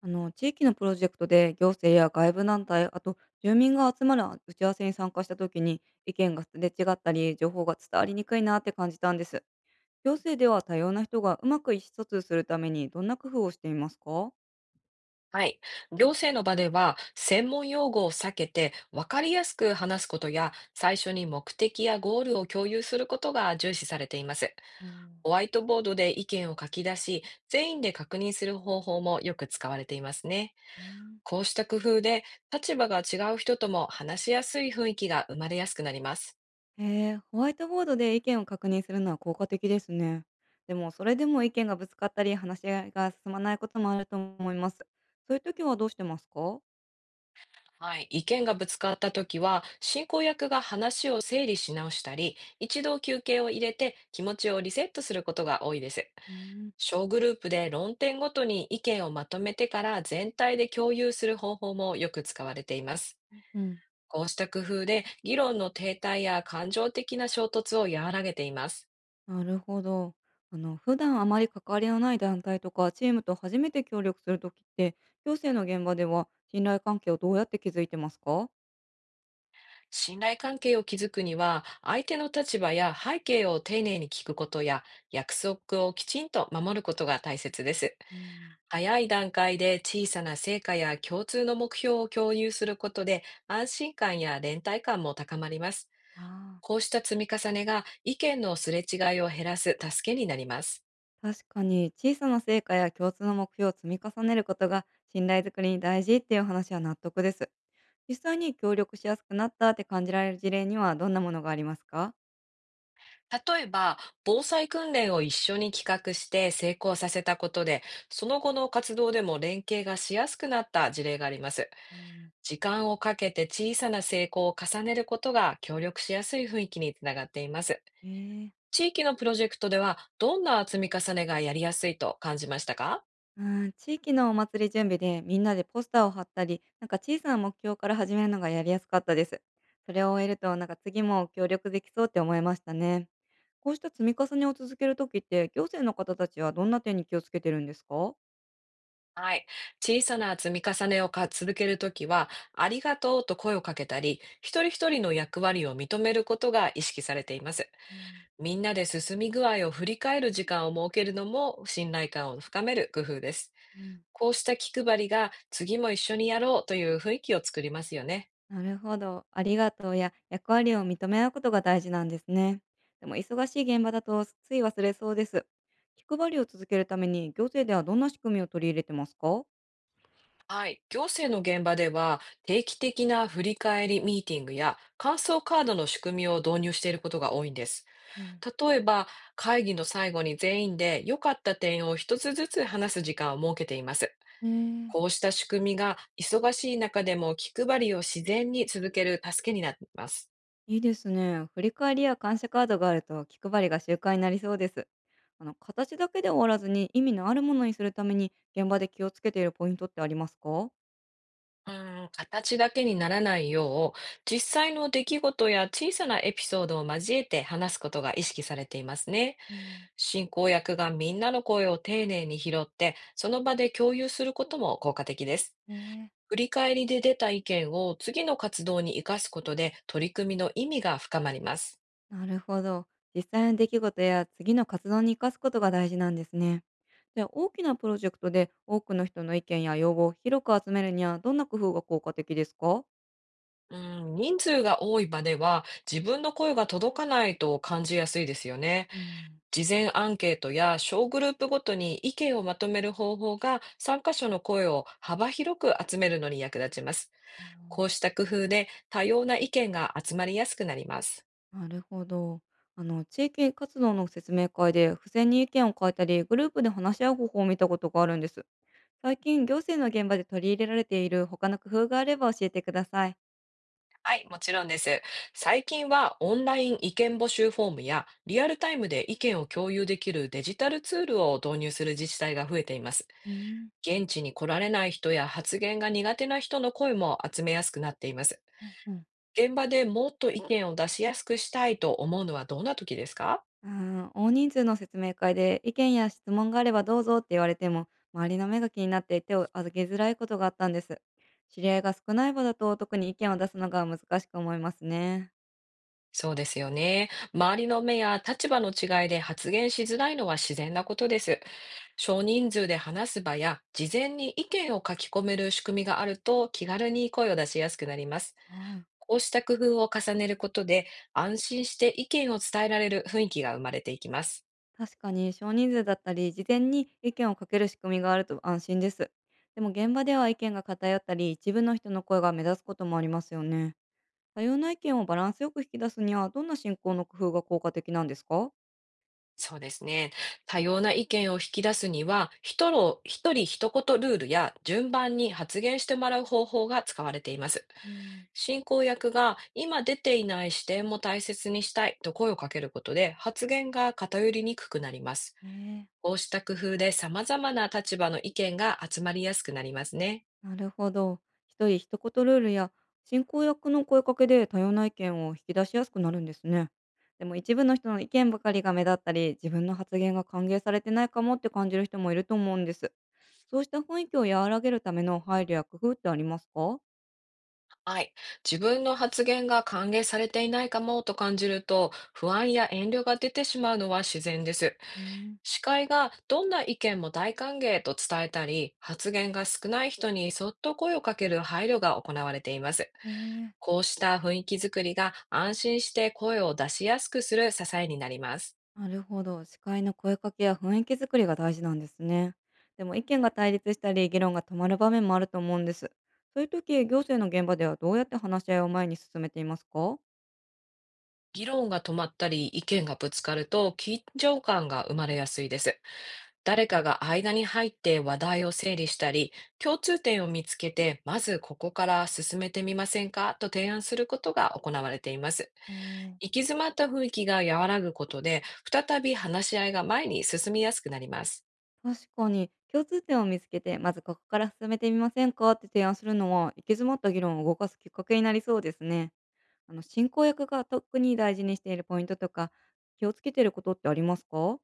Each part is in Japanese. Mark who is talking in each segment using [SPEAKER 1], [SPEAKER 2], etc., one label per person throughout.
[SPEAKER 1] 地域のプロジェクトで行政や外部団体、あと住民が集まる打ち合わせに参加した時に、意見がすれ違ったり情報が伝わりにくいなって感じたんです。行政では多様な人がうまく意思疎通するために、どんな工夫をしていますか？
[SPEAKER 2] はい。行政の場では、専門用語を避けて、分かりやすく話すことや、最初に目的やゴールを共有することが重視されています。
[SPEAKER 1] うん、
[SPEAKER 2] ホワイトボードで意見を書き出し、全員で確認する方法もよく使われていますね。
[SPEAKER 1] うん、
[SPEAKER 2] こうした工夫で、立場が違う人とも話しやすい雰囲気が生まれやすくなります。
[SPEAKER 1] へえ、ホワイトボードで意見を確認するのは効果的ですね。でも、それでも意見がぶつかったり話し合いが進まないこともあると思います。そういう時はどうしてますか？
[SPEAKER 2] はい、意見がぶつかったときは、進行役が話を整理し直したり、一度休憩を入れて気持ちをリセットすることが多いです。
[SPEAKER 1] うん、
[SPEAKER 2] 小グループで論点ごとに意見をまとめてから全体で共有する方法もよく使われています。
[SPEAKER 1] うん、
[SPEAKER 2] こうした工夫で議論の停滞や感情的な衝突を和らげています。
[SPEAKER 1] なるほど。普段あまり関わりのない団体とかチームと初めて協力するときって、行政の現場では信頼関係をどうやって築いてますか？
[SPEAKER 2] 信頼関係を築くには、相手の立場や背景を丁寧に聞くことや、約束をきちんと守ることが大切です。
[SPEAKER 1] うん、
[SPEAKER 2] 早い段階で小さな成果や共通の目標を共有することで、安心感や連帯感も高まります。
[SPEAKER 1] ああ、
[SPEAKER 2] こうした積み重ねが意見のすれ違いを減らす助けになります。
[SPEAKER 1] 確かに小さな成果や共通の目標を積み重ねることが信頼づくりに大事っていう話は納得です。実際に協力しやすくなったって感じられる事例にはどんなものがありますか？
[SPEAKER 2] 例えば、防災訓練を一緒に企画して成功させたことで、その後の活動でも連携がしやすくなった事例があります。
[SPEAKER 1] うん、
[SPEAKER 2] 時間をかけて小さな成功を重ねることが協力しやすい雰囲気につながっています。
[SPEAKER 1] ええ、
[SPEAKER 2] 地域のプロジェクトでは、どんな積み重ねがやりやすいと感じましたか？
[SPEAKER 1] うーん、地域のお祭り準備でみんなでポスターを貼ったり、なんか小さな目標から始めるのがやりやすかったです。それを終えると、なんか次も協力できそうって思いましたね。こうした積み重ねを続けるときって、行政の方たちはどんな点に気をつけてるんですか？
[SPEAKER 2] はい。小さな積み重ねを続けるときは、ありがとうと声をかけたり、一人一人の役割を認めることが意識されています。
[SPEAKER 1] うん、
[SPEAKER 2] みんなで進み具合を振り返る時間を設けるのも信頼感を深める工夫です。
[SPEAKER 1] うん、
[SPEAKER 2] こうした気配りが次も一緒にやろうという雰囲気を作りますよね。
[SPEAKER 1] なるほど。ありがとうや役割を認め合うことが大事なんですね。でも忙しい現場だとつい忘れそうです。気配りを続けるために行政ではどんな仕組みを取り入れてますか？
[SPEAKER 2] はい。行政の現場では定期的な振り返りミーティングや感想カードの仕組みを導入していることが多いんです。例えば、会議の最後に全員で良かった点を一つずつ話す時間を設けています。
[SPEAKER 1] ね
[SPEAKER 2] こう
[SPEAKER 1] え、
[SPEAKER 2] した仕組みが忙しい中でも気配りを自然に続ける助けになっています。
[SPEAKER 1] いいですね。振り返りや感謝カードがあると気配りが習慣になりそうです。形だけで終わらずに意味のあるものにするために、現場で気をつけているポイントってありますか？
[SPEAKER 2] うん、形だけにならないよう、実際の出来事や小さなエピソードを交えて話すことが意識されていますね。
[SPEAKER 1] うん、
[SPEAKER 2] 進行役がみんなの声を丁寧に拾って、その場で共有することも効果的です。
[SPEAKER 1] ねえ、
[SPEAKER 2] 振り返りで出た意見を次の活動に生かすことで取り組みの意味が深まります。
[SPEAKER 1] なるほど。実際の出来事や次の活動に生かすことが大事なんですね。じゃあ、大きなプロジェクトで多くの人の意見や要望を広く集めるには、どんな工夫が効果的ですか？
[SPEAKER 2] うん、人数が多い場では自分の声が届かないと感じやすいですよね。
[SPEAKER 1] うん、
[SPEAKER 2] 事前アンケートや小グループごとに意見をまとめる方法が参加者の声を幅広く集めるのに役立ちます。こうした工夫で多様な意見が集まりやすくなります。
[SPEAKER 1] なるほど。地域活動の説明会で付箋に意見を書いたり、グループで話し合う方法を見たことがあるんです。最近、行政の現場で取り入れられている他の工夫があれば教えてください。
[SPEAKER 2] はい、もちろんです。最近はオンライン意見募集フォームやリアルタイムで意見を共有できるデジタルツールを導入する自治体が増えています。
[SPEAKER 1] うん、
[SPEAKER 2] 現地に来られない人や発言が苦手な人の声も集めやすくなっています。
[SPEAKER 1] うんうん、
[SPEAKER 2] 現場でもっと意見を出しやすくしたいと思うのはどんな時ですか？
[SPEAKER 1] うん、大人数の説明会で意見や質問があればどうぞって言われても、周りの目が気になって手を挙げづらいことがあったんです。知り合いが少ない場だと特に意見を出すのが難しく思いますね。
[SPEAKER 2] そうですよね。周りの目や立場の違いで発言しづらいのは自然なことです。少人数で話す場や事前に意見を書き込める仕組みがあると気軽に声を出しやすくなります。
[SPEAKER 1] はい。
[SPEAKER 2] こうした工夫を重ねることで安心して意見を伝えられる雰囲気が生まれていきます。
[SPEAKER 1] 確かに少人数だったり事前に意見をかける仕組みがあると安心です。でも、現場では意見が偏ったり一部の人の声が目立つこともありますよね。多様な意見をバランスよく引き出すには、どんな進行の工夫が効果的なんですか？
[SPEAKER 2] そうですね。多様な意見を引き出すには、一人一人一言ルールや順番に発言してもらう方法が使われています。
[SPEAKER 1] うん、
[SPEAKER 2] 進行役が今出ていない視点も大切にしたいと声をかけることで発言が偏りにくくなります。
[SPEAKER 1] ねえ、
[SPEAKER 2] こうした工夫で様々な立場の意見が集まりやすくなりますね。
[SPEAKER 1] なるほど。一人一言ルールや進行役の声かけで多様な意見を引き出しやすくなるんですね。でも、一部の人の意見ばかりが目立ったり、自分の発言が歓迎されてないかもって感じる人もいると思うんです。そうした雰囲気を和らげるための配慮や工夫ってありますか？
[SPEAKER 2] はい。自分の発言が歓迎されていないかもと感じると、不安や遠慮が出てしまうのは自然です。
[SPEAKER 1] うん、
[SPEAKER 2] 司会がどんな意見も大歓迎と伝えたり、発言が少ない人にそっと声をかける配慮が行われています。
[SPEAKER 1] ね、
[SPEAKER 2] こうした雰囲気づくりが安心して声を出しやすくする支えになります。
[SPEAKER 1] なるほど。司会の声かけや雰囲気作りが大事なんですね。でも、意見が対立したり議論が止まる場面もあると思うんです。そういう時、行政の現場ではどうやって話し合いを前に進めていますか？
[SPEAKER 2] 議論が止まったり、意見がぶつかると緊張感が生まれやすいです。誰かが間に入って話題を整理したり、共通点を見つけて、まずここから進めてみませんかと提案することが行われています。
[SPEAKER 1] うーん、
[SPEAKER 2] 行き詰まった雰囲気が和らぐことで、再び話し合いが前に進みやすくなります。
[SPEAKER 1] 確かに共通点を見つけて、まずここから進めてみませんかって提案するのは、行き詰まった議論を動かすきっかけになりそうですね。進行役が特に大事にしているポイントとか、気をつけていることってありますか？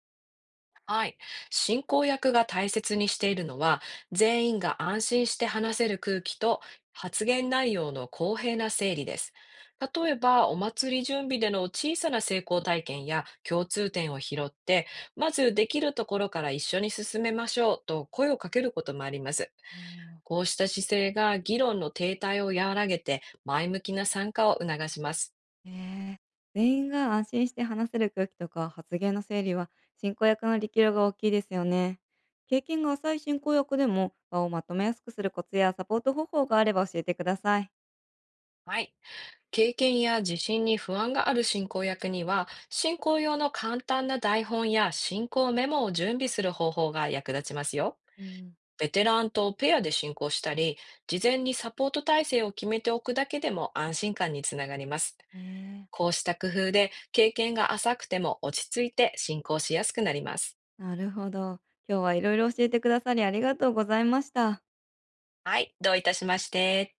[SPEAKER 2] はい。進行役が大切にしているのは、全員が安心して話せる空気と発言内容の公平な整理です。例えば、お祭り準備での小さな成功体験や共通点を拾って、まずできるところから一緒に進めましょうと声をかけることもあります。
[SPEAKER 1] う
[SPEAKER 2] こうした姿勢が議論の停滞を和らげて、前向きな参加を促します。
[SPEAKER 1] えー全員が安心して話せる空気とか発言の整理は、進行役の力量が大きいですよね。経験が浅い進行役でも場をまとめやすくするコツやサポート方法があれば教えてください。
[SPEAKER 2] はい。経験や自信に不安がある進行役には、進行用の簡単な台本や進行メモを準備する方法が役立ちますよ。
[SPEAKER 1] うん、
[SPEAKER 2] ベテランとペアで進行したり、事前にサポート体制を決めておくだけでも安心感につながります。
[SPEAKER 1] えー
[SPEAKER 2] こうした工夫で経験が浅くても落ち着いて進行しやすくなります。
[SPEAKER 1] なるほど。今日はいろいろ教えてくださりありがとうございました。
[SPEAKER 2] はい、どういたしまして。